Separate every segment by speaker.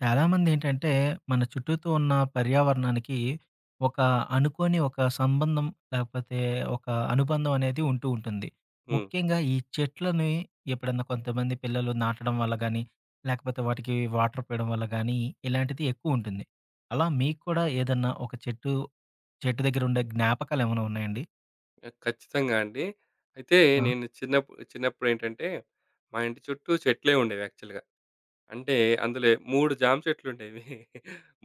Speaker 1: చాలామందేంటంటే, మన చుట్టూతో ఉన్న పర్యావరణానికి ఒక అనుకోని ఒక సంబంధం, లేకపోతే ఒక అనుబంధం అనేది ఉంటూ ఉంటుంది.
Speaker 2: హ్మ్.
Speaker 1: ముఖ్యంగా ఈ చెట్లని ఎప్పుడన్నా కొంతమంది పిల్లలు నాటడం వల్ల గానీ, లేకపోతే వాటికి వాటర్ పోయడం వల్ల గానీ, ఇలాంటిది ఎక్కువుంటుంది. అలా మీకు కూడా ఏదన్నా ఒక చెట్టు, చెట్టు దగ్గర ఉండే జ్ఞాపకాలేమైనా ఉన్నాయండి?
Speaker 2: ఆహ్, ఖచ్చితంగా అండి. అయితే
Speaker 1: ఆ!
Speaker 2: నేను చిన్నప్పుడేంటంటే, మా ఇంటి చుట్టూ చెట్లే ఉండేవి యాక్చువల్‌గా. అంటే అందులో 3 జామ చెట్లుండేవి.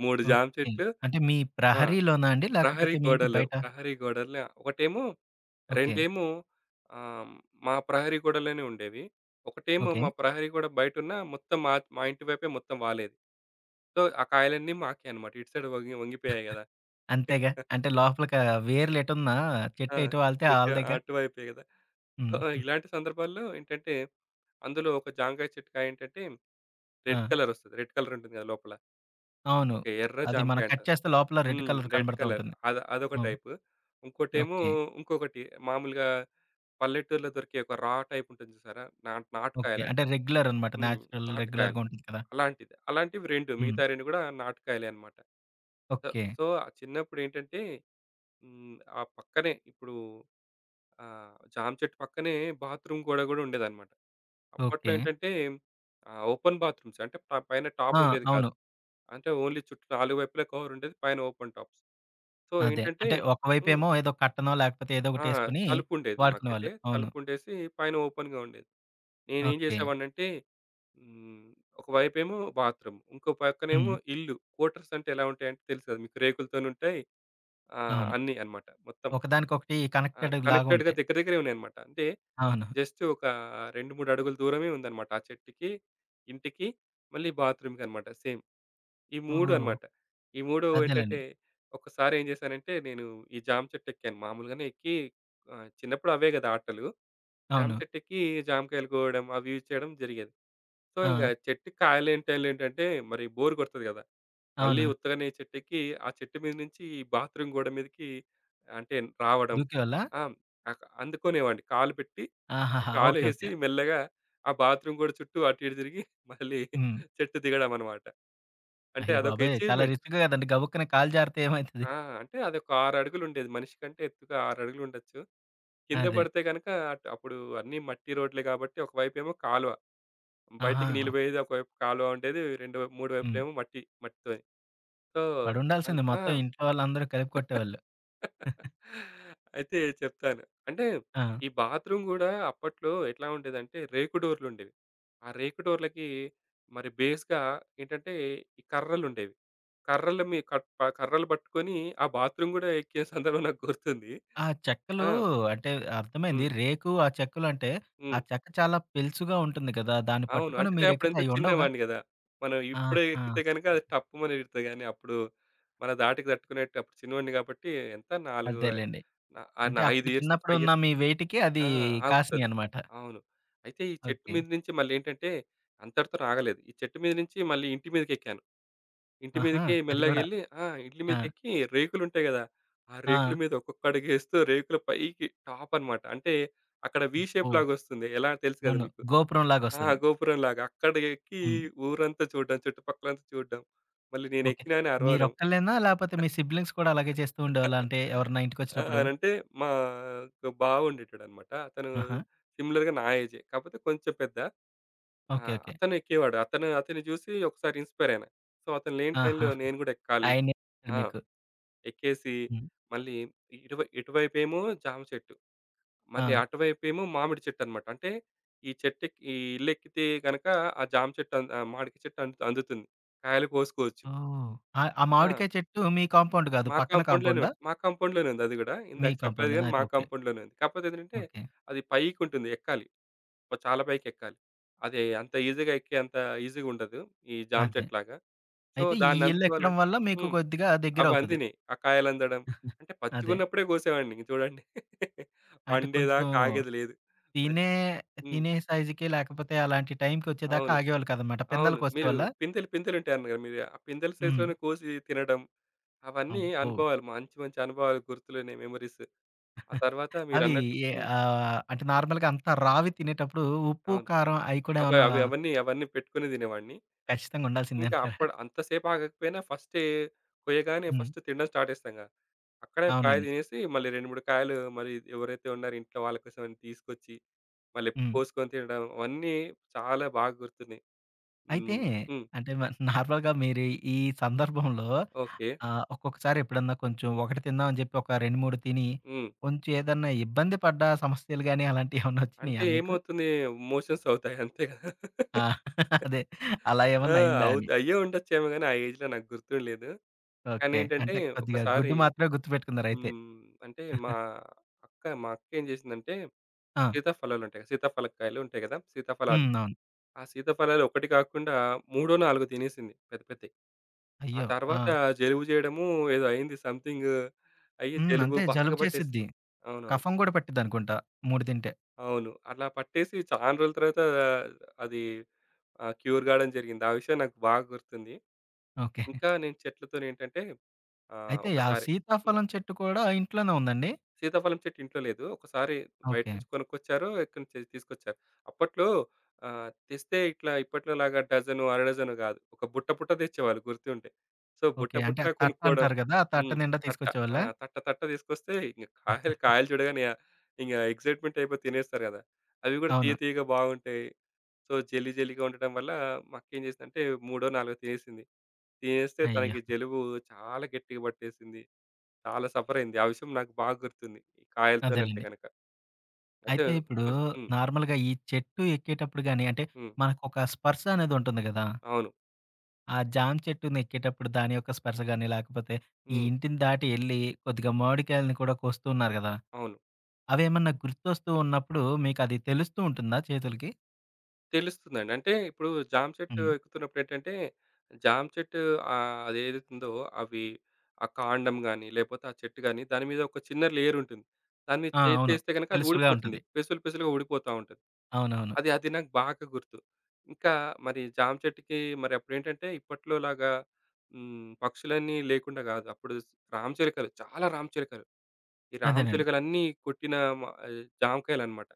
Speaker 2: 3 జామ
Speaker 1: ఓకే.
Speaker 2: చెట్లు.
Speaker 1: అంటే మీ
Speaker 2: ఆ!
Speaker 1: ప్రహరీలోనా అండి?
Speaker 2: ప్రహరీ
Speaker 1: లేకపోతే మీ ఇంటి
Speaker 2: గోడలు,
Speaker 1: బయట?
Speaker 2: ప్రహరీ గోడల్లో ఒకటేమో,
Speaker 1: ఓకే.
Speaker 2: రెండేమో, ఆహ్, మా ప్రహరీ గోడలోనే ఉండేవి. ఒకటేమో
Speaker 1: ఓకే.
Speaker 2: మా ప్రహరీ గోడ బయటున్న మొత్తం మా మా ఇంటి వైపే మొత్తం వాలేది. సో, ఆ కాయలన్నీ మాకే అన్నమాట. ఇటు సైడ్ వంగి వంగిపోయాయి గదా!
Speaker 1: అంతేగా. అంటే లోపలికా వేర్లెటున్నా
Speaker 2: ఆ!
Speaker 1: చెట్టెటు వాలితే
Speaker 2: చెట్టు
Speaker 1: ఆళ్ళదేగా.
Speaker 2: అటువైపే గదా! సో,
Speaker 1: హ్మ్. హ్మ్.
Speaker 2: ఇలాంటి సందర్భాల్లో ఏంటంటే అందులో ఒక జాంకాయ చిట్కాయ ఏంటంటే
Speaker 1: ఆ!
Speaker 2: రెడ్ కలర్ వస్తది. రెడ్ కలర్ ఉంటుంది కదా లోపల.
Speaker 1: అవును.
Speaker 2: ఓకే, ఎర్ర
Speaker 1: అది మనం
Speaker 2: జామకాయ
Speaker 1: కట్
Speaker 2: అంటారు.
Speaker 1: చేస్తే లోపల రెడ్
Speaker 2: హ్మ్.
Speaker 1: కలర్
Speaker 2: రెడ్
Speaker 1: కనబడుతూ
Speaker 2: కలర్
Speaker 1: ఉంటుంది.
Speaker 2: అదొక
Speaker 1: అవును.
Speaker 2: టైపు. ఇంకోటేమో,
Speaker 1: ఓకే.
Speaker 2: ఇంకొకటి మామూలుగా పల్లెటూరులో దొరికే ఒక రా టైప్ ఉంటుంది చూసారా? నాటు
Speaker 1: ఓకే. అంటే
Speaker 2: నాటుకాయలంటారు.
Speaker 1: రెగ్యులర్ అనమాట.
Speaker 2: హ్మ్.
Speaker 1: నేచురల్ రెగ్యులర్‌గా
Speaker 2: నాటుకాయలు.
Speaker 1: ఉంటుంది కదా!
Speaker 2: అలాంటిది. అలాంటివి 2,
Speaker 1: హ్మ్.
Speaker 2: మిగతా 2 కూడా నాటుకాయలే అన్నమాట. So,
Speaker 1: okay.
Speaker 2: సో, చిన్నప్పుడేంటంటే, హ్మ్, ఆ పక్కనే ఇప్పుడు జామ చెట్టు పక్కనే బాత్రూమ్ గోడ కూడా ఉండేదన్నమాట. అప్పట్లో
Speaker 1: ఓకే.
Speaker 2: ఏంటంటే ఓపెన్ బాత్రూమ్స్ అంటే పైన టాప్
Speaker 1: ఆ!
Speaker 2: ఉండేది కాదు.
Speaker 1: అవును.
Speaker 2: అంటే ఓన్లీ చుట్టూ నాలుగు వైపులా కవర్ ఉండేది. పైన ఓపెన్ టాప్స్. సో,
Speaker 1: అదే.
Speaker 2: ఏంటంటే,
Speaker 1: అంటే
Speaker 2: హ్మ్,
Speaker 1: ఒకవైపేమో ఏదో కట్టనో లేకపోతే ఏదో
Speaker 2: ఆ!
Speaker 1: ఒకటేసుకొని
Speaker 2: తలుపుండేది మాకైతే.
Speaker 1: వాడుకునేవాళ్ళు. అవును.
Speaker 2: తలుపుండేసి పైన ఓపెన్‌గా ఉండేది. నేనేం
Speaker 1: ఓకే.
Speaker 2: చేసేవాడినంటే, హ్మ్, ఒకవైపేమో బాత్రూమ్. ఇంకో పక్కనేమో
Speaker 1: హ్మ్.
Speaker 2: ఇల్లు. క్వార్టర్స్ అంటే ఎలా ఉంటాయంటే తెలుసు కదా మీకు, రేకులతోనుంటాయి.
Speaker 1: అవును.
Speaker 2: అన్నీ అన్నమాట మొత్తం.
Speaker 1: ఒకదానికొకటి కనెక్టెడ్ లాగా
Speaker 2: కనెక్టెడ్‌గా
Speaker 1: ఉంటాయి.
Speaker 2: దగ్గర దగ్గరే ఉన్నాయన్నమాట. అంటే
Speaker 1: అవును.
Speaker 2: జస్ట్ ఒక 2, 3 అడుగుల దూరమే ఉందన్నమాట. ఆ చెట్టుకి, ఇంటికి, మళ్ళీ బాత్రూమ్‌కి అన్నమాట సేమ్. ఈ 3
Speaker 1: ఓహ్!
Speaker 2: అన్నమాట. ఈ 3 ఏంటంటే,
Speaker 1: అదేలెండి.
Speaker 2: ఒకసారి ఏం చేశానంటే నేను ఈ జామ చెట్టు ఎక్కాను. మామూలుగానే ఎక్కి, చిన్నప్పుడు అవే కదా ఆటలు. జామ
Speaker 1: అవును.
Speaker 2: చెట్టు ఎక్కి జామకాయలు కోయడం, అవి ఇవి చేయడం జరిగేది. సో, ఇంక
Speaker 1: ఆ!
Speaker 2: చెట్టుకి కాయలేని టైంలో ఏంటంటే మరి బోర్ కొడతది కదా! మళ్ళీ
Speaker 1: అవును.
Speaker 2: ఉత్తగానే చెట్టెక్కి, ఆ చెట్టు మీద నుంచి బాత్రూమ్ గోడ మీదకి, అంటే రావడం.
Speaker 1: దూకేవాళ్ళా?
Speaker 2: ఆ! అందుకునేవాడిని. కాలు పెట్టి,
Speaker 1: ఆహాహా! ఓకే.
Speaker 2: కాలేసి
Speaker 1: ఓకే.
Speaker 2: మెల్లగా ఆ బాత్రూమ్ గోడ చుట్టూ అటు ఇటు తిరిగి మళ్ళీ
Speaker 1: హ్మ్.
Speaker 2: చెట్టు దిగడం అన్నమాట. అంటే
Speaker 1: అయ్య
Speaker 2: అదొక
Speaker 1: బాబోయ్! చాలా
Speaker 2: అచీవ్‌మెంట్.
Speaker 1: రిస్క్ కదండీ. గబుక్కన కాలు జారితే ఏమైతది?
Speaker 2: ఆ! అంటే అదొక 6 అడుగులుండేది. మనిషి కంటే ఎత్తుగా 6 అడుగులుండొచ్చు. కింద
Speaker 1: అదే.
Speaker 2: పడితే గనక అప్పుడు అన్నీ మట్టి రోడ్లే కాబట్టి ఒకవైపేమో కాలువ. బయటికి
Speaker 1: ఆహా!
Speaker 2: నీళ్ళు పోయేది, ఒకవైపు కాలువ ఉండేది. రెండో మూడో
Speaker 1: హ్మ్.
Speaker 2: వైపులేమో మట్టి మట్టితోని. సో,
Speaker 1: పడుండాల్సింది
Speaker 2: ఆ!
Speaker 1: మొత్తం ఇంట్లో వాళ్ళందరూ కలిపి కొట్టేవాళ్ళు.
Speaker 2: అయితే చెప్తాను. అంటే
Speaker 1: ఆ!
Speaker 2: ఈ బాత్రూమ్ గూడా అప్పట్లో ఎట్లా ఉండేదంటే రేకు డోర్‌లుండేవి. ఆ రేకు డోర్‌లకి మరి బేస్‌గా ఏంటంటే ఈ కర్రలుండేవి. కర్రల మీ కట్ ప కర్రలు పట్టుకొని ఆ బాత్రూమ్ గూడా ఎక్కిన సందర్భం నాకు గుర్తుంది.
Speaker 1: ఆ
Speaker 2: ఆ!
Speaker 1: చెక్కలు అంటే అర్థమైంది.
Speaker 2: హ్మ్.
Speaker 1: రేకు, ఆ చెక్కలు అంటే ఆ
Speaker 2: హ్మ్.
Speaker 1: చెక్క చాలా పెలుసుగా ఉంటుంది కదా! దాన్ని
Speaker 2: అవును.
Speaker 1: పట్టుకొని
Speaker 2: అంటే నేను
Speaker 1: మీరెక్కితే
Speaker 2: అప్పుడెంతో
Speaker 1: అయ్యుండవుగా?
Speaker 2: చిన్నవాడిని గదా! మనం ఇప్పుడే
Speaker 1: ఆహా!
Speaker 2: ఎక్కితే గనక అది టప్పుమని ఇడతది గానీ అప్పుడు మన ధాటికి తట్టుకునేటప్పుడు చిన్నోడిని కాబట్టి ఎంత 4,
Speaker 1: అదేలెండి.
Speaker 2: నా
Speaker 1: అంటే
Speaker 2: 5
Speaker 1: అప్పుడు
Speaker 2: ఇయర్స్,
Speaker 1: చిన్నప్పుడు
Speaker 2: 5
Speaker 1: ఉన్న
Speaker 2: ఇయర్స్.
Speaker 1: మీ వెయిట్‌కి అది
Speaker 2: ఆ!
Speaker 1: కాసినయి
Speaker 2: ఆగుతది.
Speaker 1: అన్నమాట.
Speaker 2: అవును. అయితే ఈ చెట్టు
Speaker 1: ఓకే.
Speaker 2: మీద నుంచి మళ్ళేంటంటే అంతటితో ఆగలేదు. ఈ చెట్టు మీద నుంచి మళ్ళీ ఇంటి మీదకెక్కాను. ఇంటి
Speaker 1: ఆహా!
Speaker 2: మీదకి
Speaker 1: అది కూడా.
Speaker 2: మెల్లగెళ్ళి, ఆ! ఇంటి
Speaker 1: ఆ!
Speaker 2: మీదకెక్కి రేకులుంటాయి గదా! ఆ
Speaker 1: ఆ!
Speaker 2: రేకుల మీద ఒక్కొక్క అడుగేస్తూ రేకుల పైకి టాప్ అనమాట. అంటే అక్కడ వి షేప్
Speaker 1: ఓహ్!
Speaker 2: లాగొస్తుంది. ఎలా తెలుసు కదా
Speaker 1: అవును.
Speaker 2: మీకు. ఆ!
Speaker 1: గోపురంలాగొస్తది.
Speaker 2: గోపురంలాగా అక్కడ ఎక్కి
Speaker 1: హ్మ్.
Speaker 2: ఊరంతా చూడడం, చుట్టుపక్కలంతా చూడడం. మళ్ళీ
Speaker 1: ఓకే.
Speaker 2: నేనెక్కినా అని అరవడం.
Speaker 1: మీరొక్కళ్ళేనా? లేపోతే మీ సిబ్లింగ్స్ కూడా అలాగే చేస్తూ ఉండేవాళ్ళా? అంటే ఎవరైనా
Speaker 2: ఆ!
Speaker 1: ఇంటికొచ్చినప్పుడు?
Speaker 2: అనంటే మా ఒక బావ ఉండేటోడనమాట. అతను
Speaker 1: ఆహా!
Speaker 2: సిమిలర్‌గా నా ఏజే. కాకపోతే కొంచెం పెద్ద. ఆ!
Speaker 1: ఓకే. ఓకే.
Speaker 2: అతను ఎక్కేవాడు. అతన్ని చూసి ఒకసారి ఇన్‌స్పైర్ అయినా. సో, అతను లేని
Speaker 1: ఆహా!
Speaker 2: టైంలో నేను గూడా ఎక్కాలి.
Speaker 1: ఆయనే ఇచ్చాడు
Speaker 2: ఆ!
Speaker 1: మీకు.
Speaker 2: ఎక్కేసి
Speaker 1: హ్మ్.
Speaker 2: మళ్ళీ ఇటువైపేమో జామ చెట్టు.
Speaker 1: ఆ!
Speaker 2: మళ్ళీ అటువైపేమో మామిడి చెట్టనమాట. అంటే ఈ చెట్టెక్కి ఈ ఇల్లెక్కితే గనక ఆ జామ చెట్టు అం ఆహ్, మామిడి చెట్టు అందుతుంది. కాయలు కోసుకోవచ్చు.
Speaker 1: ఓహ్! ఆ ఆ
Speaker 2: ఆ!
Speaker 1: మామిడికాయ చెట్టు మీ కాంపౌండ్ కాదు.
Speaker 2: మా
Speaker 1: పక్కన
Speaker 2: కాంపౌండ్‌లోనే
Speaker 1: కాంపౌండా?
Speaker 2: ఉంది. మా కాంపౌండ్‌లోనే ఉంది అది గూడా.
Speaker 1: మీ
Speaker 2: ఇందాక చెప్పలేదు
Speaker 1: కాంపౌండేనా?
Speaker 2: గానీ మా
Speaker 1: అయితే ఓకే.
Speaker 2: కాంపౌండ్‌లోనే ఉంది. కాకపోతే ఏంటంటే
Speaker 1: ఓకే.
Speaker 2: అది పైకి ఉంటుంది, ఎక్కాలి. ఒక చాలా పైకి ఎక్కాలి. అది అంత ఈజీగా ఎక్కేంత ఈజీగా ఉండదు, ఈ జామ
Speaker 1: అదే.
Speaker 2: చెట్టులాగా. సో,
Speaker 1: అయితే ఈ
Speaker 2: దాన్ని
Speaker 1: ఇల్లెక్కడం
Speaker 2: అందుకోవాలంటే,
Speaker 1: వల్ల మీకు
Speaker 2: హ్మ్,
Speaker 1: కొద్దిగా
Speaker 2: అవి
Speaker 1: దగ్గరవుతది.
Speaker 2: అందినియి. ఆ కాయలు అందడం. అంటే
Speaker 1: అదే.
Speaker 2: పచ్చిగున్నప్పుడే కోసేవాడిని ఇంక చూడండి.
Speaker 1: అంటే కొంచెం
Speaker 2: పండేదాకా ఆగేది లేదు. అద్
Speaker 1: తినే
Speaker 2: హ్మ్.
Speaker 1: తినే సైజుకి లేకపోతే అలాంటి టైంకొచ్చేదాకా
Speaker 2: అవును.
Speaker 1: ఆగేవాళ్ళు కాదనమాట.
Speaker 2: అవును. మీరు
Speaker 1: పిందెలకొచ్చేవాళ్ళా?
Speaker 2: పిందెలు పిందెలు ఉంటాయి అన్నారు కదా! మీరు ఆ పిందెల
Speaker 1: హ్మ్.
Speaker 2: సైజులోనే కోసి తినడం, అవన్నీ
Speaker 1: అబ్బో!
Speaker 2: అనుభవాలు. మంచి మంచి అనుభవాలు గుర్తులున్నాయి మెమోరీస్. ఆ తర్వాత
Speaker 1: అవి
Speaker 2: మీరన్నట్టు,
Speaker 1: ఏ
Speaker 2: హ్మ్,
Speaker 1: అంటే నార్మల్‌గా అంత రావి తినేటప్పుడు ఉప్పు,
Speaker 2: అవును.
Speaker 1: కారం అయి కూడా
Speaker 2: అవి
Speaker 1: ఏమన్నా
Speaker 2: అవి అవన్నీ అవన్నీ పెట్టుకొని తినేవాడిని.
Speaker 1: ఖచ్చితంగా ఉండాల్సిందే
Speaker 2: ఇంకా
Speaker 1: అంటారా?
Speaker 2: అప్పుడు అంతసేపు ఆగకపోయినా ఫస్టే, కొయ్యగానే
Speaker 1: హ్మ్.
Speaker 2: ఫస్ట్ తినడం స్టార్ట్ చేస్తాంగా. అక్కడే ఒక కాయ
Speaker 1: అవునండి.
Speaker 2: తినేసి మళ్ళీ 2, 3 కాయలు మరి ఎవరైతే ఉన్నారో ఇంట్లో వాళ్ళ కోసం అని తీసుకొచ్చి మళ్ళీ
Speaker 1: హ్మ్.
Speaker 2: కోసుకొని తినడం, అవన్నీ చాలా బాగా గుర్తున్నాయి.
Speaker 1: అయితే
Speaker 2: హ్మ్. హ్మ్.
Speaker 1: అంటే నార్మల్‌గా మీరు ఈ సందర్భంలో
Speaker 2: ఓకే.
Speaker 1: ఒక్కొక్కసారి ఎప్పుడన్నా కొంచెం ఒకటి తిందాం అని చెప్పి ఒక 2, 3 తిని
Speaker 2: హ్మ్.
Speaker 1: కొంచెం ఏదన్నా ఇబ్బంది పడ్డ సమస్యలు గాని అలాంటివి ఏమన్నా
Speaker 2: అంటే
Speaker 1: వచ్చినాయా మీకు?
Speaker 2: ఏమవుతుంది, మోషన్స్ అవుతాయి అంతే కదా!
Speaker 1: ఆ! అదే. అలా
Speaker 2: ఆ!
Speaker 1: ఏమన్నా అయిందా అని?
Speaker 2: అవుతాయి. అయ్యే ఉండొచ్చేమో గానీ ఆ ఏజ్‌లో నాకు గుర్తుండలేదు. కానీ
Speaker 1: ఓకే.
Speaker 2: ఏంటంటే
Speaker 1: అంటే కొద్దిగా
Speaker 2: ఒకసారి,
Speaker 1: గుడ్డు మాత్రమే గుర్తుపెట్టుకున్నారయితే.
Speaker 2: హ్మ్, అంటే మా అక్క, మా అక్కేం జేసిందంటే
Speaker 1: ఆ!
Speaker 2: సీతాఫలాలుంటాయి కదా! సీతాఫలకాయలు ఉంటాయి కదా! సీతాఫలాలు.
Speaker 1: హ్మ్. అవును.
Speaker 2: ఆ సీతాఫలాలు ఒకటి కాకుండా మూడో, నాలుగో తినేసింది పెద్ద పెద్దయి. ఆ
Speaker 1: అయ్యో! ఆ!
Speaker 2: తర్వాత జలుబు జేయడము, ఏదో అయింది సంథింగ్, అయ్యి
Speaker 1: హ్మ్.
Speaker 2: జలుబు
Speaker 1: అంతే
Speaker 2: బాగా
Speaker 1: జలుబు చేసిద్ది.
Speaker 2: పట్టేసింది. అవునవును.
Speaker 1: కఫం గూడా పట్టిద్దనుకుంటా 3 తింటే.
Speaker 2: అవును. అట్లా పట్టేసి చానా రోజుల తర్వాత అది క్యూర్ కావడం జరిగింది. ఆ విషయం నాకు బాగా గుర్తుంది.
Speaker 1: ఓకే.
Speaker 2: ఇంకా నేను చెట్లతోనేంటంటే,
Speaker 1: అయితే ఆ
Speaker 2: ఒకసారి
Speaker 1: సీతాఫలం చెట్టు కూడా ఇంట్లోనే ఉందండి?
Speaker 2: సీతాఫలం చెట్టు ఇంట్లో లేదు. ఒకసారి బయట
Speaker 1: ఓకే.
Speaker 2: నుంచి కొనుక్కొచ్చారు. ఇక్కడి నుంచి తీసుకొచ్చారు. అప్పట్లో తెస్తే ఇట్లా ఇప్పట్లోలాగా డజను, అర డజను గాదు. ఒక బుట్ట, బుట్ట తెచ్చేవాళ్ళు గుర్తుంటే. సో, బుట్ట,
Speaker 1: ఓకే. అంటే
Speaker 2: బుట్ట
Speaker 1: ఆ తట్ట
Speaker 2: కొనుక్కోవడం.
Speaker 1: అంటారు గదా! ఆ తట్ట
Speaker 2: హ్మ్.
Speaker 1: నిండా
Speaker 2: తట్ట. ఆ!
Speaker 1: తీసుకొచ్చేవాళ్ళా?
Speaker 2: తట్ట, తట్ట తీసుకొస్తే ఇంక కాయలు, కాయలు చూడగానే, ఆహ్, ఇంగ ఎక్సైట్‌మెంట్ అయిపోయి తినేస్తారు గదా! అవి గూడా తీయ,
Speaker 1: అవును.
Speaker 2: తీయగా బాగుంటాయి. సో, జెల్లీ, జెల్లీగా ఉండటం వల్ల మా అక్కేం చేసిందంటే మూడో, నాలుగో తినేసింది. తినేస్తే
Speaker 1: అయ్యో!
Speaker 2: తనకి జలుబు చాలా గట్టిగా పట్టేసింది. చాలా సఫరయింది. ఆ విషయం నాకు బాగా గుర్తుంది. ఈ కాయలతోనంటే
Speaker 1: అదేలెండి.
Speaker 2: గనక. అయితే
Speaker 1: అయితే ఇప్పుడు
Speaker 2: ఇంకో, హ్మ్,
Speaker 1: నార్మల్‌గా ఈ చెట్టు ఎక్కేటప్పుడు గాని అంటే
Speaker 2: హ్మ్,
Speaker 1: మనకొక స్పర్శ అనేదుంటుంది గదా!
Speaker 2: అవును,
Speaker 1: ఆ జామ చెట్టునెక్కేటప్పుడు దాని యొక్క స్పర్శ గాని, లేకపోతే ఈ
Speaker 2: హ్మ్,
Speaker 1: ఇంటిని దాటి ఎళ్లి కొద్దిగా మామిడికాయలని కూడా కోస్తూ ఉన్నారు గదా!
Speaker 2: అవును,
Speaker 1: అవేమన్నా గుర్తొస్తూ ఉన్నప్పుడు మీకది తెలుస్తూ ఉంటుందా చేతులకి?
Speaker 2: తెలుస్తుందండి. అంటే ఇప్పుడు జామ చెట్టు
Speaker 1: హ్మ్.
Speaker 2: ఎక్కుతున్నప్పుడేంటంటే, జామ చెట్టు, అదేదైతుందో అవి, ఆ కాండం గాని, లేపోతే ఆ చెట్టు గాని దాని మీద ఒక చిన్న లేయర్ ఉంటుంది. దాన్ని
Speaker 1: ఆ! అవును.
Speaker 2: చేత్తేస్తే గనక అది
Speaker 1: తెలుసుగా
Speaker 2: ఊడిపోతుంది.
Speaker 1: ఉంటది.
Speaker 2: పెసులు పెసులుగా ఊడిపోతా ఉంటుంది.
Speaker 1: అవునవును.
Speaker 2: అది అది నాకు బాగా గుర్తు. ఇంకా మరి జామ చెట్టుకి మరి అప్పుడేంటంటే ఇప్పట్లోలాగా, హ్మ్, పక్షులన్నీ లేకుండా గాదు. అప్పుడు రామచిలుకలు చాలా రామచిలుకలు. ఈ రామ
Speaker 1: అదేనండి.
Speaker 2: చిలుకలన్నీ కొట్టిన మ జామకాయలన్నమాట.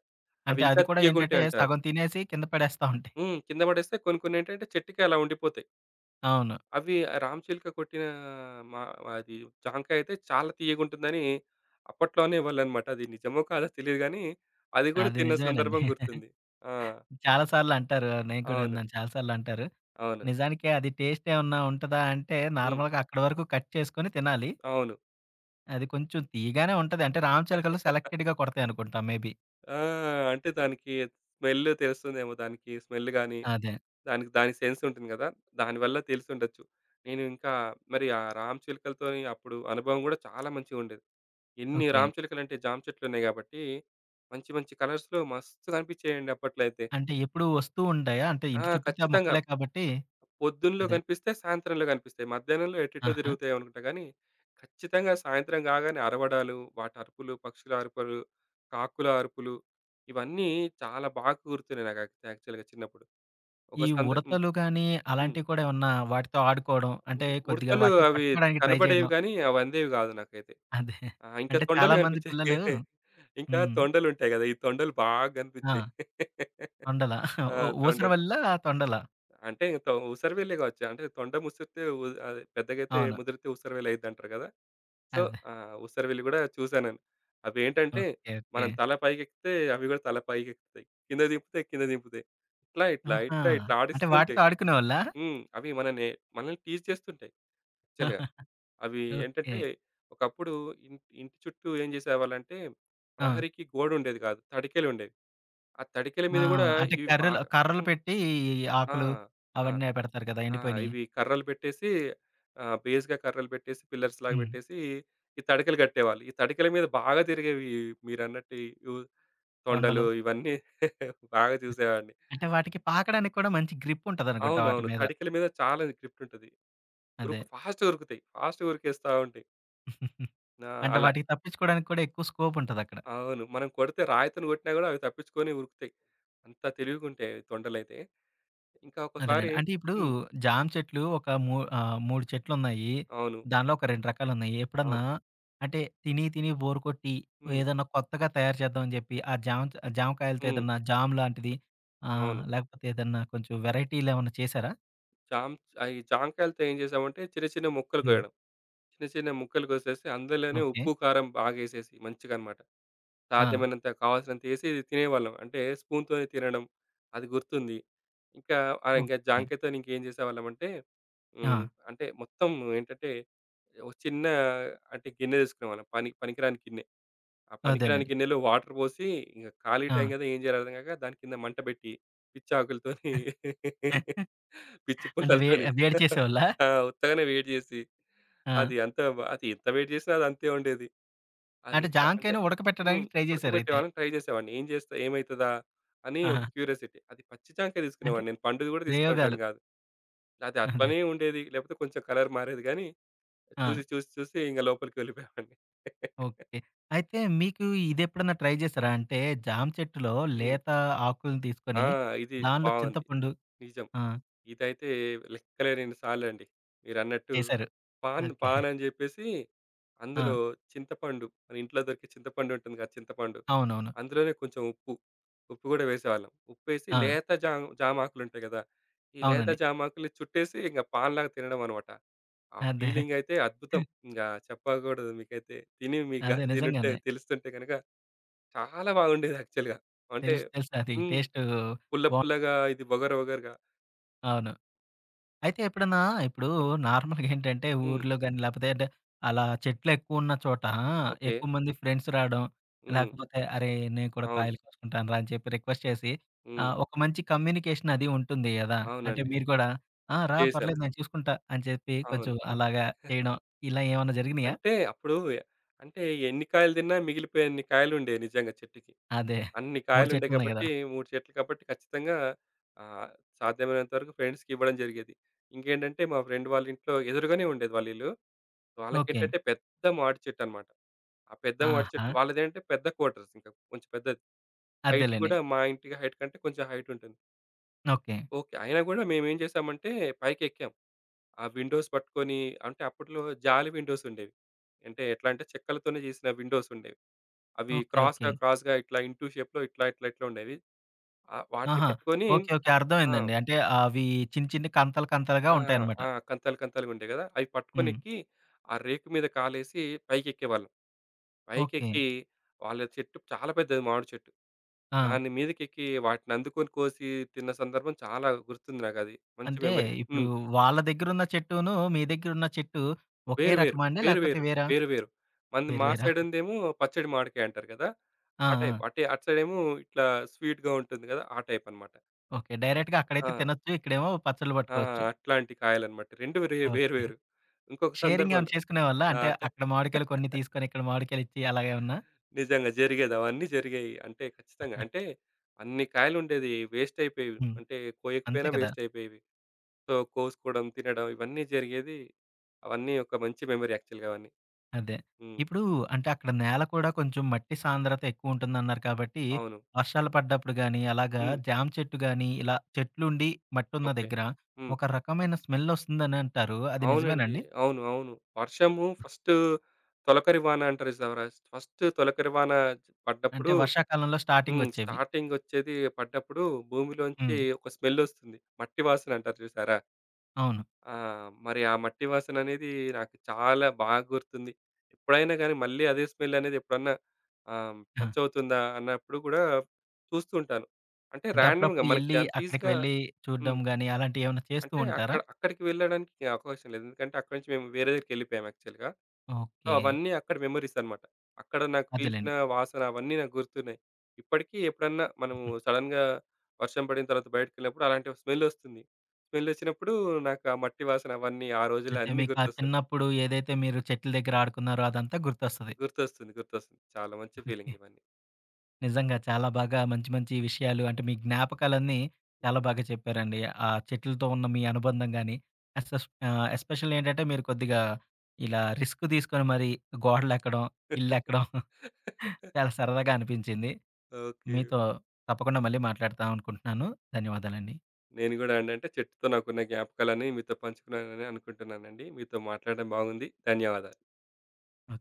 Speaker 2: అవి
Speaker 1: అంటే
Speaker 2: ఇంకా
Speaker 1: అది కూడా ఏంటంటే
Speaker 2: తియ్యగుంటాయంట.
Speaker 1: సగం తినేసి కింద పడేస్తా ఉంటాయి.
Speaker 2: హ్మ్. కింద పడేస్తే కొన్ని కొన్నేంటంటే చెట్టుకే అలా ఉండిపోతాయి.
Speaker 1: అవును.
Speaker 2: అవి రామ చిలుక కొట్టిన మ అది జామకాయ అయితే చాలా తియ్యగుంటుందని అప్పట్లో అనేవాళ్ళన్నమాట. అది నిజమో కాదో తెలీదు గానీ, అది గూడా
Speaker 1: అది
Speaker 2: తిన్న
Speaker 1: నిజమేనండి.
Speaker 2: సందర్భం గుర్తుంది. ఆ!
Speaker 1: చాలా సార్లు అంటారు. నేను కూడా
Speaker 2: అవును.
Speaker 1: విన్నాను చాలా సార్లు అంటారు.
Speaker 2: అవును.
Speaker 1: నిజానికి అది టేస్ట్ ఏమన్నా ఉంటదా అంటే
Speaker 2: హ్మ్.
Speaker 1: నార్మల్‌గా అక్కడి వరకు కట్ చేసుకొని తినాలి.
Speaker 2: అవును.
Speaker 1: అది కొంచెం తీయగానే ఉంటది. అంటే రామచిలకలు సెలెక్టెడ్‌గా కొడతాయి అనుకుంటా మేబీ.
Speaker 2: ఆ! అంటే దానికి స్మెల్ తెలుస్తుందేమో. దానికి స్మెల్ గాని,
Speaker 1: అదే.
Speaker 2: దానికి దాని సెన్స్ ఉంటుంది గదా! దానివల్ల తెలిసుండొచ్చు. నేను ఇంకా మరి ఆ రామచిలుకలతోని అప్పుడు అనుభవం గూడా చాలా మంచిగుండేది. ఎన్ని
Speaker 1: ఓకే.
Speaker 2: రామచిలుకలంటే జామ చెట్లున్నాయి గాబట్టి, మంచి మంచి కలర్స్‌లో మస్తు కనిపించేయండి అప్పట్లో అయితే.
Speaker 1: అంటే ఎప్పుడూ వస్తూ ఉంటాయా? అంటే
Speaker 2: ఆ!
Speaker 1: ఇంటి చుట్టూతా
Speaker 2: ఖచ్చితంగా.
Speaker 1: మొక్కలే కాబట్టి
Speaker 2: పొద్దున్నలో
Speaker 1: అదే.
Speaker 2: కనిపిస్తాయి, సాయంత్రంలో కనిపిస్తాయి. మధ్యాహ్నంలో ఎటెటో
Speaker 1: ఆహా!
Speaker 2: తిరుగుతాయి అనుకుంటా గానీ, ఖచ్చితంగా సాయంత్రం కాగానే అరవడాలు, వాటి అరుపులు, పక్షుల అరుపులు, కాకుల అరుపులు, ఇవన్నీ చాలా బాగా గుర్తున్నాయి నాకు యాక్చువల్‌గా చిన్నప్పుడు. ఒక
Speaker 1: ఈ
Speaker 2: సంద హ్మ్.
Speaker 1: ఉడతలు గాని
Speaker 2: హ్మ్.
Speaker 1: అలాంటివి కూడా ఏమన్నా వాటితో ఆడుకోవడం
Speaker 2: ఉ
Speaker 1: అంటే కొద్దిగా
Speaker 2: ఉడతలు
Speaker 1: వాటిని
Speaker 2: అవి
Speaker 1: పట్టుకోవడానికి ట్రై
Speaker 2: కనబడేవి
Speaker 1: చేయడం
Speaker 2: గానీ, అవి అందేవి కాదు నాకైతే.
Speaker 1: అదే.
Speaker 2: ఆ! ఇంకా
Speaker 1: అంటే
Speaker 2: తొండలు
Speaker 1: చాలా మంది
Speaker 2: కనిపించాయి.
Speaker 1: పిల్లలు
Speaker 2: ఇంకా
Speaker 1: హ్మ్.
Speaker 2: తొండలుంటాయి కదా! ఈ తొండలు బాగా
Speaker 1: ఆ!
Speaker 2: కనిపించాయి.
Speaker 1: తొండల.
Speaker 2: ఆ!
Speaker 1: ఓ
Speaker 2: తొండలు.
Speaker 1: ఊసరవెల్లా, తొండల.
Speaker 2: అంటే ఇంక ఉసరవెల్లే కావచ్చు. అంటే తొండ ముసిరితే అది పెద్దగైతే
Speaker 1: అవును.
Speaker 2: ముదిరితే ఉసరవెల్లి అయిద్దంటారు కదా! సో,
Speaker 1: అదే.
Speaker 2: ఉసరవెల్లి కూడా చూసా నేను. అవేంటంటే
Speaker 1: ఓకే. ఓకే.
Speaker 2: మనం తల పైకెక్కితే అవి కూడా తల పైకెక్కుతాయి. కింద దింపుతే కింద దింపుతాయి. ఇట్లా, ఇట్లా,
Speaker 1: ఆహా!
Speaker 2: ఇట్లా, ఇట్లా
Speaker 1: అంటే
Speaker 2: ఆడిస్తూ
Speaker 1: వాటితో
Speaker 2: ఉంటాయి.
Speaker 1: ఆడుకునేవాళ్ళా?
Speaker 2: హ్మ్. అవి మనని మనల్ని టీజ్ చేస్తుంటాయి యాక్చువల్‌గా. అవి
Speaker 1: ఓకే.
Speaker 2: ఏంటంటే ఒకప్పుడు ఇం ఇంటి చుట్టూ ఏం చేసేవాళ్ళంటే
Speaker 1: ఆ!
Speaker 2: ప్రహరీకి గోడుండేది కాదు, తడికెలుండేవి. ఆ తడికెల
Speaker 1: ఆ!
Speaker 2: మీద కూడా
Speaker 1: అంటే
Speaker 2: ఇవి
Speaker 1: కర్రలు
Speaker 2: బాగా,
Speaker 1: కర్రలు
Speaker 2: హ్మ్,
Speaker 1: పెట్టి ఈ
Speaker 2: ఆ!
Speaker 1: ఆకులు
Speaker 2: ఆ!
Speaker 1: అవన్నీ పెడతారు కదా!
Speaker 2: ఆ!
Speaker 1: ఎండిపోయినియి.
Speaker 2: ఇవి కర్రలు పెట్టేసి, బేస్‌గా కర్రలు పెట్టేసి పిల్లర్స్ లాగా
Speaker 1: హ్మ్.
Speaker 2: పెట్టేసి ఈ తడికలు కట్టేవాళ్ళు. ఈ తడికల మీద బాగా తిరిగేవి మీరన్నట్టు ఈ తొండలు
Speaker 1: తొండలు.
Speaker 2: ఇవన్నీ బాగా చూసేవాడిని.
Speaker 1: అంటే వాటికి పాకడానికి కూడా మంచి గ్రిప్ ఉంటదనుకుంటా వాటి
Speaker 2: అవునవును.
Speaker 1: మీద.
Speaker 2: తడికల మీద చాలా గ్రిఫ్ట్ ఉంటది.
Speaker 1: అదే.
Speaker 2: ఫాస్ట్‌గా ఉరుకుతాయి. ఫాస్ట్‌గా ఉరికేస్తా ఉంటాయి. ఆ!
Speaker 1: అంటే
Speaker 2: అలా.
Speaker 1: వాటికి తప్పించుకోవడానికి కూడా ఎక్కువ స్కోప్ ఉంటదక్కడ.
Speaker 2: అవును. మనం కొడితే రాయితోని కొట్టినా కూడా అవి తప్పించుకొని ఉరుకుతాయి. అంత తెలివిగుంటాయి అవి తొండలైతే. ఇంకా ఒకసారి,
Speaker 1: అదేనండి. అంటే ఇప్పుడు
Speaker 2: హ్మ్,
Speaker 1: జామ చెట్లు ఒక 3 చెట్లున్నాయి.
Speaker 2: అవును,
Speaker 1: దానిలో ఒక 2 రకాలున్నాయి. ఎప్పుడన్నా
Speaker 2: అవును,
Speaker 1: అంటే తిని, తిని బోర్ కొట్టి
Speaker 2: హ్మ్,
Speaker 1: ఏదన్నా కొత్తగా తయారు చేద్దామని చెప్పి ఆ జామకాయలతో
Speaker 2: హ్మ్,
Speaker 1: ఏదన్నా జామ్ లాంటిది
Speaker 2: అవును.
Speaker 1: లేకపోతే ఏదన్నా కొంచెం వెరైటీలు ఏమన్నా చేశారా?
Speaker 2: జామ్ అయి జాంకాయలతో ఏం చేసామంటే చిన్న చిన్న ముక్కలు
Speaker 1: హ్మ్.
Speaker 2: కోయడం. చిన్న చిన్న ముక్కలు కోసేసి అందులోనే
Speaker 1: ఓకే.
Speaker 2: ఉప్పు, కారం బాగేసేసి మంచిగనమాట.
Speaker 1: ఆ!
Speaker 2: సాధ్యమైనంత కావాల్సినంతేసి తినేవాళ్ళం. అంటే స్పూన్‌తోనే తినడం, అది గుర్తుంది. ఇంకా ఇంకా
Speaker 1: ఓకే.
Speaker 2: జాంకాయతోని ఇంకేం చేసేవాళ్ళమంటే,
Speaker 1: ఆ!
Speaker 2: హ్మ్, అంటే మొత్తం ఏంటంటే ఒక చిన్న, అంటే గిన్నె తీసుకునేవాళ్ళం. పనికిరాని గిన్నె. ఆ పనికిరాని
Speaker 1: అదేనండి.
Speaker 2: గిన్నెలో వాటర్ పోసి, ఇంక ఖాళీ
Speaker 1: ఆ!
Speaker 2: టైం కదా, ఏం చేయాలో అర్థం కాక దాని కింద మంట పెట్టి, పిచ్చి ఆకులతోని, పిచ్చి
Speaker 1: అంటే
Speaker 2: పుల్లలతోని,
Speaker 1: వేడి చేసేవాళ్ళా?
Speaker 2: ఆ! ఉత్తగానే వేడి చేసి,
Speaker 1: ఆ!
Speaker 2: అది అంత అది ఎంత వెయిట్ చేసినా అది అంతే ఉండేది. అది
Speaker 1: అంటే
Speaker 2: జ అంటే
Speaker 1: జామకాయని
Speaker 2: హ్మ్,
Speaker 1: ఉడకబెట్టడానికి ట్రై చేశారైతే.
Speaker 2: ఉడకబెట్టేవాళ్ళని ట్రై చేసేవాడిని. ఏం చేస్తా ఏమైతదా అని ఒక
Speaker 1: ఆహా!
Speaker 2: క్యూరియాసిటీ. అది పచ్చి జాంకాయ
Speaker 1: అంటే
Speaker 2: తీసుకునేవాడిని. నేను పండుది కూడా
Speaker 1: ప్రయోగాలు.
Speaker 2: తీసుకునేటోడిని కాదు. అది
Speaker 1: అదే.
Speaker 2: అట్లనే ఉండేది. లేకపోతే కొంచెం కలర్ మారేది గానీ,
Speaker 1: ఆ!
Speaker 2: చూసి చూసి చూసి ఇంక లోపలికి వెళ్ళిపోయేవాడిని.
Speaker 1: ఓకే. అయితే మీకు ఇదెప్పుడన్నా ట్రై చేసారా? అంటే జామ చెట్టులో
Speaker 2: హ్మ్.
Speaker 1: లేత ఆకుల్ని
Speaker 2: ఆ!
Speaker 1: తీసుకొని
Speaker 2: ఇది
Speaker 1: దానిలో
Speaker 2: బావుంది.
Speaker 1: చింతపండు
Speaker 2: నిజం.
Speaker 1: ఆ!
Speaker 2: ఇదైతే లెక్కలేనన్ని సార్లండి. మీరన్నట్టు
Speaker 1: చేశారు.
Speaker 2: Pan
Speaker 1: okay.
Speaker 2: పాన్ అని జెప్పేసి
Speaker 1: ఆ!
Speaker 2: అందులో చింతపండు, మన ఇంట్లో దొరికే చింతపండు ఉంటుంది గదా, చింతపండు.
Speaker 1: అవునవును.
Speaker 2: అందులోనే కొంచెం ఉప్పు, గూడా వేసేవాళ్ళం. ఉప్పేసి
Speaker 1: ఆ!
Speaker 2: లేత జామాకులుంటాయి గదా! ఈ లేత
Speaker 1: అవునండి.
Speaker 2: జామాకుల్ని చుట్టేసి ఇంగ పాన్‌లాగా తినడం అన్నమాట. ఆ
Speaker 1: అదే.
Speaker 2: ఫీలింగయితే అద్భుతం. ఇంగా చెప్పగూడదు మీకైతే. తిని మీకు
Speaker 1: అదే
Speaker 2: గాని తినుంటే
Speaker 1: నిజంగానే.
Speaker 2: తెలుస్తుంటే గనక చాలా బాగుండేది యాక్చువల్‌గా. అంటే
Speaker 1: తెలుసు, తెలుసు అది
Speaker 2: హ్మ్,
Speaker 1: టేస్టు
Speaker 2: పుల్ల
Speaker 1: బా
Speaker 2: పుల్లగా ఇది వగరు వగరుగా.
Speaker 1: అవును. అయితే ఎప్పుడన్నా ఇప్పుడు నార్మల్‌గా ఏంటంటే
Speaker 2: హ్మ్.
Speaker 1: ఊర్లో గాని, లేపోతే అంటే అలా చెట్లెక్కువున్న చోట
Speaker 2: ఓకే.
Speaker 1: ఎక్కువ మంది ఫ్రెండ్స్ రాడం,
Speaker 2: హ్మ్.
Speaker 1: లేకపోతే "అరే! నేను కూడా
Speaker 2: అవును.
Speaker 1: కాయలు కోసుకుంటానురా" అని చెప్పి రిక్వెస్ట్ చేసి
Speaker 2: హ్మ్.
Speaker 1: ఒక మంచి కమ్యూనికేషన్ అది ఉంటుంది గదా! అంటే
Speaker 2: అవునండి.
Speaker 1: మీరు కూడా "ఆ! రా
Speaker 2: చేసాం.
Speaker 1: పర్లేదు నేను చూసుకుంటా" అని చెప్పి
Speaker 2: అవును.
Speaker 1: కొంచెం అలాగా చేయడం ఇలా ఏమన్నా జరిగినాయా?
Speaker 2: అంటే అప్పుడు ఎ- అంటే ఎన్ని కాయలు తిన్నా మిగిలిపోయేన్ని కాయలుండేవి నిజంగా చెట్టుకి.
Speaker 1: అదే.
Speaker 2: అన్ని
Speaker 1: 3
Speaker 2: కాయలుండేయి
Speaker 1: చెట్లున్నాయి
Speaker 2: కాబట్టి
Speaker 1: గదా!
Speaker 2: 3 చెట్లు కాబట్టి ఖచ్చితంగా, ఆహ్, సాధ్యమైనంత వరకు ఫ్రెండ్స్‌కి ఇవ్వడం జరిగేది. ఇంకేంటంటే మా ఫ్రెండ్ వాళ్ళ ఇంట్లో ఎదురుగానే ఉండేది వాళ్ళ ఇల్లు.
Speaker 1: ఓకే.
Speaker 2: వాళ్ళకేంటంటే పెద్ద మాడి చెట్టన్నమాట. ఆ పెద్ద మాడి
Speaker 1: ఆహా!
Speaker 2: చెట్టు వాళ్ళదేంటంటే పెద్ద క్వార్టర్స్, ఇంకా కొంచెం పెద్దది. హైట్
Speaker 1: అదేలెండి.
Speaker 2: గూడా మా ఇంటి హైట్ కంటే కొంచెం హైట్ ఉంటుంది.
Speaker 1: ఓకే.
Speaker 2: ఓకే. అయినా గూడా మేమేం చేసామంటే పైకెక్కాం. ఆ విండోస్ పట్టుకొని, అంటే అప్పట్లో జాలి విండోస్ ఉండేవి. అంటే ఎట్లా అంటే చెక్కలతోనే చేసిన విండోస్ ఉండేవి. అవి
Speaker 1: ఓకే. ఓకే.
Speaker 2: క్రాస్‌గా, క్రాస్‌గా ఇట్లా ఇంటూ షేప్‌లో ఇట్లా, ఇట్లా, ఇట్లా ఉండేవి. వాటిని
Speaker 1: ఆహా!
Speaker 2: పట్టుకొని,
Speaker 1: ఓకే. ఓకే.
Speaker 2: ఆ!
Speaker 1: అర్థమైందండి. అంటే అవి చిన్న చిన్న కంతలు కంతలుగా
Speaker 2: ఆ!
Speaker 1: ఉంటాయన్నమాట.
Speaker 2: ఆ! కంతాలు కంతాలుగా ఉండేవి కదా! అవి
Speaker 1: హ్మ్.
Speaker 2: పట్టుకొనెక్కి ఆ రేకు మీద కాలేసి పైకెక్కేవాళ్ళం.
Speaker 1: ఓకే.
Speaker 2: పైకెక్కి వాళ్ళ చెట్టు చాలా పెద్దది మామిడి చెట్టు.
Speaker 1: ఆ!
Speaker 2: దాని మీదకెక్కి వాటిని అందుకొని కోసి తిన్న సందర్భం చాలా గుర్తుంది నాకది. మంచి
Speaker 1: అంటే
Speaker 2: మెమరీ.
Speaker 1: ఇప్పుడు
Speaker 2: హ్మ్.
Speaker 1: వాళ్ళ దగ్గరున్న చెట్టును, మీ దగ్గరున్న చెట్టు ఒకే
Speaker 2: వేరు, వేరు.
Speaker 1: రకమా అండి?
Speaker 2: వేరు,
Speaker 1: లేకపోతే
Speaker 2: వేరు.
Speaker 1: వేరా?
Speaker 2: వేరు, వేరు.
Speaker 1: వేరు
Speaker 2: మా
Speaker 1: వేరా?
Speaker 2: సైడుందేమో పచ్చడి మామిడికాయ అంటారు కదా!
Speaker 1: ఆ!
Speaker 2: ఆ టైప్.
Speaker 1: ఆ!
Speaker 2: అటే అటు సైడేమో ఇట్లా స్వీట్‌గా ఉంటుంది కదా! ఆ టైప్ అన్నమాట.
Speaker 1: ఓకే. డైరెక్ట్‌గా
Speaker 2: ఆ!
Speaker 1: అక్కడైతే తినొచ్చు. ఇక్కడేమో పచ్చళ్ళు
Speaker 2: ఆ!
Speaker 1: పట్టుకోవచ్చు.
Speaker 2: అట్లాంటి కాయలన్నమాట. 2 వేరే వేరు, వేరు.
Speaker 1: ఓకే.
Speaker 2: వేరు. ఇంకొక
Speaker 1: షేరింగ్ ఏమన్నా
Speaker 2: సందర్భంలో
Speaker 1: చేసుకునేవాళ్ళా?
Speaker 2: ఆ!
Speaker 1: అంటే అక్కడ మామిడికాయలు కొన్ని తీసుకొని, ఇక్కడ మామిడికాయలిచ్చి అలాగేమన్నా?
Speaker 2: నిజంగా జరిగేది. అవన్నీ జరిగాయి. అంటే ఖచ్చితంగా. అంటే అన్ని కాయలుండేది వేస్ట్ అయిపోయేవి.
Speaker 1: హ్మ్.
Speaker 2: అంటే
Speaker 1: అంతే
Speaker 2: కోయకపోయినా
Speaker 1: కదా!
Speaker 2: వేస్ట్ అయిపోయేవి. సో, కోసుకోవడం, తినడం, ఇవన్నీ జరిగేది. అవన్నీ ఒక మంచి మెమరీ యాక్చువల్‌గా అవన్నీ.
Speaker 1: అదే.
Speaker 2: హ్మ్.
Speaker 1: ఇప్పుడు అంటే అక్కడ నేల కూడా కొంచెం మట్టి సాంద్రత ఎక్కువుంటుందన్నారు కాబట్టి,
Speaker 2: అవును.
Speaker 1: వర్షాలు పడ్డప్పుడు గానీ, అలాగా
Speaker 2: హ్మ్.
Speaker 1: జామ చెట్టు గానీ, ఇలా చెట్లుండి మట్టున్న
Speaker 2: ఓకే.
Speaker 1: దగ్గర
Speaker 2: హ్మ్.
Speaker 1: ఒక రకమైన స్మెల్లొస్తుందని అంటారు. అది
Speaker 2: అవునండి.
Speaker 1: నిజమేనండి?
Speaker 2: అవును. అవును. వర్షము ఫస్ట్, తొలకరి వాన అంటారు చూసారా? ఫస్ట్ తొలకరి వాన
Speaker 1: అంటే
Speaker 2: పడ్డప్పుడు,
Speaker 1: వర్షాకాలంలో
Speaker 2: హ్మ్,
Speaker 1: స్టార్టింగొచ్చేవి.
Speaker 2: స్టార్టింగ్ వచ్చేది, పడ్డప్పుడు భూమిలోంచి
Speaker 1: హ్మ్.
Speaker 2: ఒక స్మెల్ వస్తుంది. మట్టి వాసన అంటారు చూసారా?
Speaker 1: అవును.
Speaker 2: ఆ! మరి ఆ మట్టి వాసన అనేది నాకు చాలా బాగా గుర్తుంది. ఎప్పుడైనా గాని మళ్ళీ అదే స్మెల్ అనేది ఎప్పుడన్నా
Speaker 1: ఆ!
Speaker 2: టచ్ అవుతుందా అన్నప్పుడు కూడా చూస్తూ ఉంటాను. అంటే
Speaker 1: అంటే
Speaker 2: రాండమ్‌గా
Speaker 1: అప్పుడప్పుడు
Speaker 2: మనకి
Speaker 1: యెళ్లి,
Speaker 2: అంత
Speaker 1: అక్కడికి
Speaker 2: ఈజీ‌గా,
Speaker 1: వెళ్ళి
Speaker 2: హ్మ్,
Speaker 1: చూడడం గానీ, అలాంటియేమన్నా చేస్తూ
Speaker 2: అంటే
Speaker 1: ఉంటారా?
Speaker 2: అక్కడికి వెళ్ళడానికి అవకాశం లేదు. ఎందుకంటే అక్కడి నుంచి మేము వేరే దగ్గరికెళ్ళిపోయాం యాక్చువల్‌గా. So,
Speaker 1: okay.
Speaker 2: అవన్నీ అక్కడ మెమోరీస్ అన్నమాట. అక్కడ నాకు పీల్చిన
Speaker 1: అదేలెండి.
Speaker 2: వాసన అవన్నీ నాకు గుర్తున్నాయి. ఇప్పటికీ ఎప్పుడన్నా మనము సడెన్‌గా వర్షం పడిన తర్వాత బయటికెళ్ళినప్పుడు అలాంటి స్మెల్ వస్తుంది. స్మెల్ వచ్చినప్పుడు నాకు ఆ మట్టి వాసన అవన్నీ ఆ రోజులు
Speaker 1: అయితే
Speaker 2: అన్నీ
Speaker 1: మీకు ఆ
Speaker 2: గుర్తొస్తుంటాయి.
Speaker 1: చిన్నప్పుడు ఏదైతే మీరు చెట్ల దగ్గర ఆడుకున్నారో అదంతా గుర్తొస్తది.
Speaker 2: గుర్తొస్తుంది, గుర్తొస్తుంది. చాలా మంచి ఫీలింగ్
Speaker 1: ఓకే.
Speaker 2: ఇవన్నీ.
Speaker 1: నిజంగా చాలా బాగా మంచి మంచి విషయాలు అంటే మీ జ్ఞాపకాలన్నీ చాలా
Speaker 2: హ్మ్.
Speaker 1: బాగా చెప్పారండి. ఆ చెట్లతో ఉన్న మీ అనుబంధం గాని, ఎస్పెషల్లీ ఏంటంటే మీరు కొద్దిగా ఇలా రిస్క్ తీసుకొని మరి గోడలెక్కడం, ఇల్లెక్కడం చాలా సరదాగా అనిపించింది.
Speaker 2: ఓకే.
Speaker 1: మీతో తప్పకుండా మళ్ళీ మాట్లాడతాం అనుకుంటున్నాను. ధన్యవాదాలండి.
Speaker 2: నేను గూడా అండి. అంటే చెట్టుతో నాకున్న జ్ఞాపకాలన్నీ మీతో పంచుకున్నానని అనుకుంటున్నానండి. మీతో మాట్లాడడం బాగుంది. ధన్యవాదాలు.
Speaker 1: ఓకే.